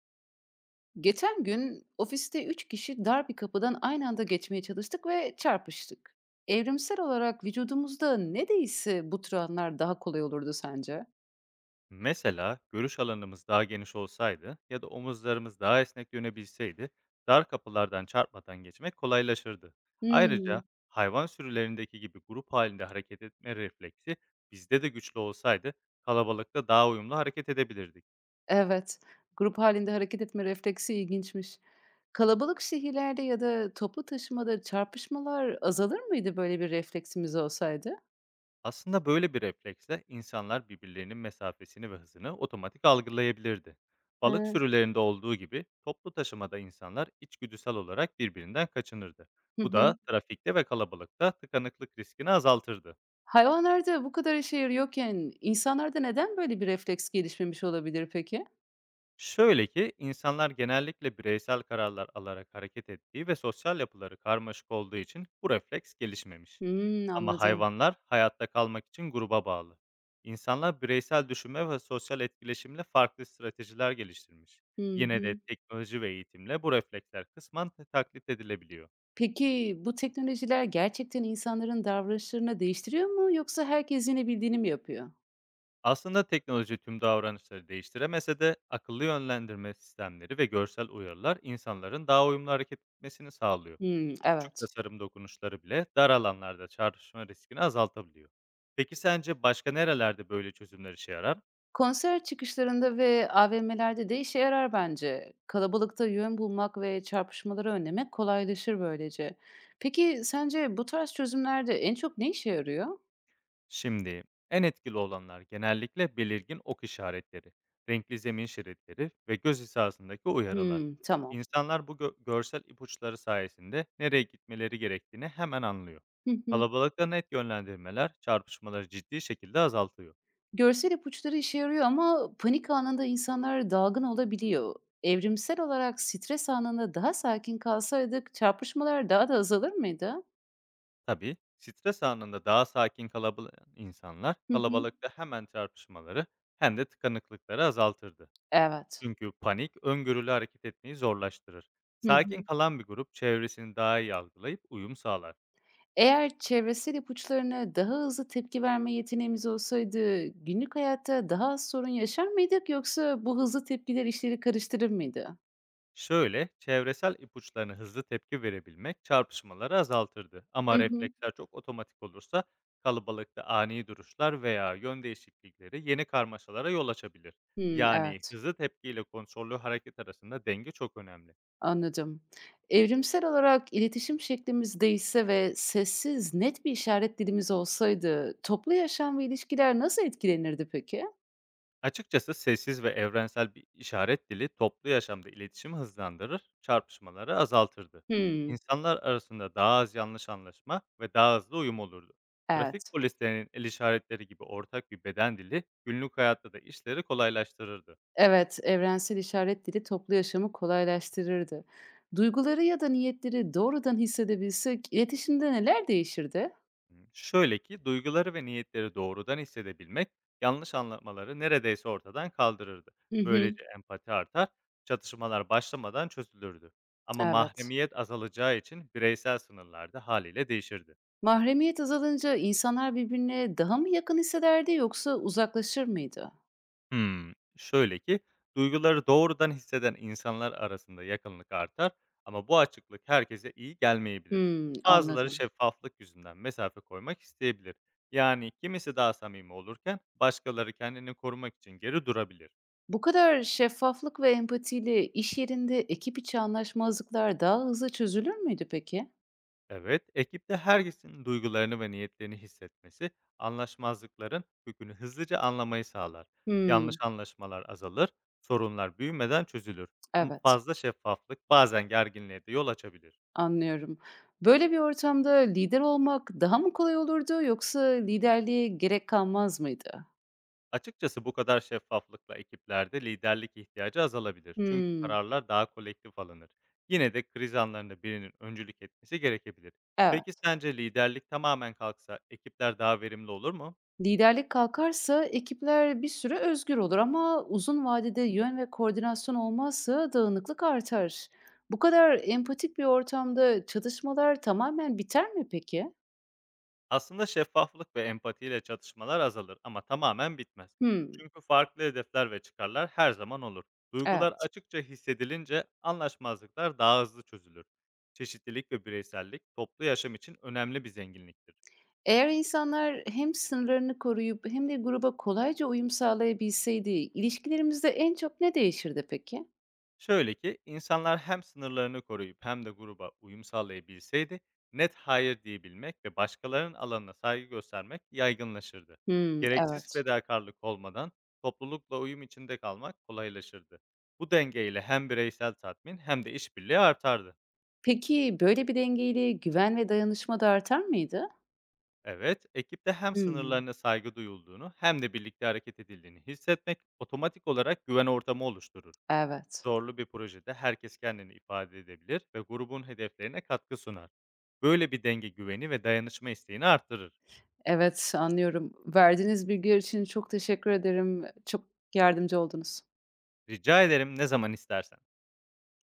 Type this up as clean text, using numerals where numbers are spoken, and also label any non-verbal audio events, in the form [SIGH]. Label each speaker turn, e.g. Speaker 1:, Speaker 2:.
Speaker 1: Geçen gün ofiste üç kişi dar bir kapıdan aynı anda geçmeye çalıştık ve çarpıştık. Evrimsel olarak vücudumuzda ne değişse bu tür anlar daha kolay olurdu sence?
Speaker 2: Mesela görüş alanımız daha geniş olsaydı ya da omuzlarımız daha esnek dönebilseydi dar kapılardan çarpmadan geçmek kolaylaşırdı.
Speaker 1: Hmm,
Speaker 2: Ayrıca hayvan sürülerindeki gibi grup halinde hareket etme refleksi bizde de güçlü olsaydı kalabalıkta daha uyumlu hareket edebilirdik.
Speaker 1: evet. Grup halinde hareket etme refleksi ilginçmiş. Kalabalık şehirlerde ya da toplu taşımada çarpışmalar azalır mıydı böyle bir refleksimiz olsaydı?
Speaker 2: Aslında böyle bir refleksle insanlar birbirlerinin mesafesini ve hızını otomatik algılayabilirdi. Balık
Speaker 1: He,
Speaker 2: sürülerinde olduğu gibi toplu taşımada insanlar içgüdüsel olarak birbirinden kaçınırdı.
Speaker 1: hı
Speaker 2: Bu
Speaker 1: hı.
Speaker 2: da trafikte ve kalabalıkta tıkanıklık riskini azaltırdı.
Speaker 1: Hayvanlarda bu kadar işe yarıyorken insanlarda neden böyle bir refleks gelişmemiş olabilir peki?
Speaker 2: Şöyle ki insanlar genellikle bireysel kararlar alarak hareket ettiği ve sosyal yapıları karmaşık olduğu için bu refleks gelişmemiş.
Speaker 1: Hmm,
Speaker 2: Ama
Speaker 1: anladım.
Speaker 2: hayvanlar hayatta kalmak için gruba bağlı. İnsanlar bireysel düşünme ve sosyal etkileşimle farklı stratejiler geliştirmiş.
Speaker 1: Hı
Speaker 2: Yine de
Speaker 1: hı.
Speaker 2: teknoloji ve eğitimle bu refleksler kısmen taklit edilebiliyor.
Speaker 1: Peki bu teknolojiler gerçekten insanların davranışlarını değiştiriyor mu yoksa herkes yine bildiğini mi yapıyor?
Speaker 2: Aslında teknoloji tüm davranışları değiştiremese de akıllı yönlendirme sistemleri ve görsel uyarılar insanların daha uyumlu hareket etmesini sağlıyor.
Speaker 1: Hımm,
Speaker 2: Küçük
Speaker 1: evet.
Speaker 2: tasarım dokunuşları bile dar alanlarda çarpışma riskini azaltabiliyor. Peki sence başka nerelerde böyle çözümler işe yarar?
Speaker 1: Konser çıkışlarında ve AVM'lerde de işe yarar bence. Kalabalıkta yön bulmak ve çarpışmaları önlemek kolaylaşır böylece. Peki sence bu tarz çözümlerde en çok ne işe yarıyor?
Speaker 2: Şimdi en etkili olanlar genellikle belirgin ok işaretleri, renkli zemin şeritleri ve göz hizasındaki uyarılar.
Speaker 1: Hımm, tamam.
Speaker 2: İnsanlar bu görsel ipuçları sayesinde nereye gitmeleri gerektiğini hemen anlıyor.
Speaker 1: [LAUGHS]
Speaker 2: Kalabalıkta net yönlendirmeler çarpışmaları ciddi şekilde azaltıyor.
Speaker 1: Görsel ipuçları işe yarıyor ama panik anında insanlar dalgın olabiliyor. Evrimsel olarak stres anında daha sakin kalsaydık çarpışmalar daha da azalır mıydı?
Speaker 2: Tabii stres anında daha sakin kalabalık insanlar
Speaker 1: Hı hı.
Speaker 2: kalabalıkta hemen çarpışmaları hem de tıkanıklıkları azaltırdı.
Speaker 1: Evet.
Speaker 2: Çünkü panik öngörülü hareket etmeyi zorlaştırır.
Speaker 1: Hı
Speaker 2: Sakin
Speaker 1: hı.
Speaker 2: kalan bir grup çevresini daha iyi algılayıp uyum sağlar.
Speaker 1: Eğer çevresel ipuçlarına daha hızlı tepki verme yeteneğimiz olsaydı günlük hayatta daha az sorun yaşar mıydık yoksa bu hızlı tepkiler işleri karıştırır mıydı?
Speaker 2: Şöyle, çevresel ipuçlarına hızlı tepki verebilmek çarpışmaları azaltırdı.
Speaker 1: Hı
Speaker 2: Ama
Speaker 1: hı.
Speaker 2: refleksler çok otomatik olursa kalabalıkta ani duruşlar veya yön değişiklikleri yeni karmaşalara yol açabilir.
Speaker 1: Hı,
Speaker 2: Yani
Speaker 1: evet.
Speaker 2: hızlı tepkiyle kontrollü hareket arasında denge çok önemli.
Speaker 1: Anladım. Evrimsel olarak iletişim şeklimiz değişse ve sessiz, net bir işaret dilimiz olsaydı toplu yaşam ve ilişkiler nasıl etkilenirdi peki?
Speaker 2: Açıkçası sessiz ve evrensel bir işaret dili toplu yaşamda iletişimi hızlandırır, çarpışmaları azaltırdı.
Speaker 1: Hımm.
Speaker 2: İnsanlar arasında daha az yanlış anlaşma ve daha hızlı uyum olurdu. Trafik
Speaker 1: Evet.
Speaker 2: polislerinin el işaretleri gibi ortak bir beden dili günlük hayatta da işleri kolaylaştırırdı.
Speaker 1: Evet, evrensel işaret dili toplu yaşamı kolaylaştırırdı. Duyguları ya da niyetleri doğrudan hissedebilsek iletişimde neler değişirdi?
Speaker 2: Şöyle ki, duyguları ve niyetleri doğrudan hissedebilmek, yanlış anlamaları neredeyse ortadan kaldırırdı.
Speaker 1: Hı hı.
Speaker 2: Böylece empati artar, çatışmalar başlamadan çözülürdü. Ama
Speaker 1: Evet.
Speaker 2: mahremiyet azalacağı için bireysel sınırlar da haliyle değişirdi.
Speaker 1: Mahremiyet azalınca insanlar birbirine daha mı yakın hissederdi yoksa uzaklaşır mıydı?
Speaker 2: Şöyle ki, duyguları doğrudan hisseden insanlar arasında yakınlık artar ama bu açıklık herkese iyi gelmeyebilir.
Speaker 1: Hımm,
Speaker 2: Bazıları
Speaker 1: anladım.
Speaker 2: şeffaflık yüzünden mesafe koymak isteyebilir. Yani kimisi daha samimi olurken başkaları kendini korumak için geri durabilir.
Speaker 1: Bu kadar şeffaflık ve empatiyle iş yerinde ekip içi anlaşmazlıklar daha hızlı çözülür müydü peki?
Speaker 2: Evet, ekipte herkesin duygularını ve niyetlerini hissetmesi, anlaşmazlıkların kökünü hızlıca anlamayı sağlar. Yanlış
Speaker 1: Hımm.
Speaker 2: anlaşmalar azalır, sorunlar büyümeden çözülür. Ama
Speaker 1: Evet,
Speaker 2: fazla şeffaflık bazen gerginliğe de yol açabilir.
Speaker 1: anlıyorum. Böyle bir ortamda lider olmak daha mı kolay olurdu yoksa liderliğe gerek kalmaz mıydı?
Speaker 2: Açıkçası bu kadar şeffaflıkla ekiplerde liderlik ihtiyacı azalabilir. Çünkü
Speaker 1: Hımm.
Speaker 2: kararlar daha kolektif alınır. Yine de kriz anlarında birinin öncülük etmesi gerekebilir. Peki
Speaker 1: Evet.
Speaker 2: sence liderlik tamamen kalksa ekipler daha verimli olur mu?
Speaker 1: Liderlik kalkarsa ekipler bir süre özgür olur ama uzun vadede yön ve koordinasyon olmazsa dağınıklık artar. Bu kadar empatik bir ortamda çatışmalar tamamen biter mi peki?
Speaker 2: Aslında şeffaflık ve empatiyle çatışmalar azalır ama tamamen bitmez.
Speaker 1: Hımm.
Speaker 2: Çünkü farklı hedefler ve çıkarlar her zaman olur. Duygular
Speaker 1: Evet.
Speaker 2: açıkça hissedilince anlaşmazlıklar daha hızlı çözülür. Çeşitlilik ve bireysellik toplu yaşam için önemli bir zenginliktir.
Speaker 1: Eğer insanlar hem sınırlarını koruyup hem de gruba kolayca uyum sağlayabilseydi, ilişkilerimizde en çok ne değişirdi peki?
Speaker 2: Şöyle ki, insanlar hem sınırlarını koruyup hem de gruba uyum sağlayabilseydi, net hayır diyebilmek ve başkalarının alanına saygı göstermek yaygınlaşırdı.
Speaker 1: Hımm,
Speaker 2: Gereksiz
Speaker 1: evet.
Speaker 2: fedakarlık olmadan toplulukla uyum içinde kalmak kolaylaşırdı. Bu dengeyle hem bireysel tatmin hem de işbirliği artardı.
Speaker 1: Peki böyle bir dengeyle güven ve dayanışma da artar mıydı?
Speaker 2: Evet, ekipte hem
Speaker 1: Hımm,
Speaker 2: sınırlarına saygı duyulduğunu hem de birlikte hareket edildiğini hissetmek otomatik olarak güven ortamı oluşturur.
Speaker 1: evet.
Speaker 2: Zorlu bir projede herkes kendini ifade edebilir ve grubun hedeflerine katkı sunar. Böyle bir denge güveni ve dayanışma isteğini artırır.
Speaker 1: Evet, anlıyorum. Verdiğiniz bilgiler için çok teşekkür ederim. Çok yardımcı oldunuz.
Speaker 2: Rica ederim, ne zaman istersen.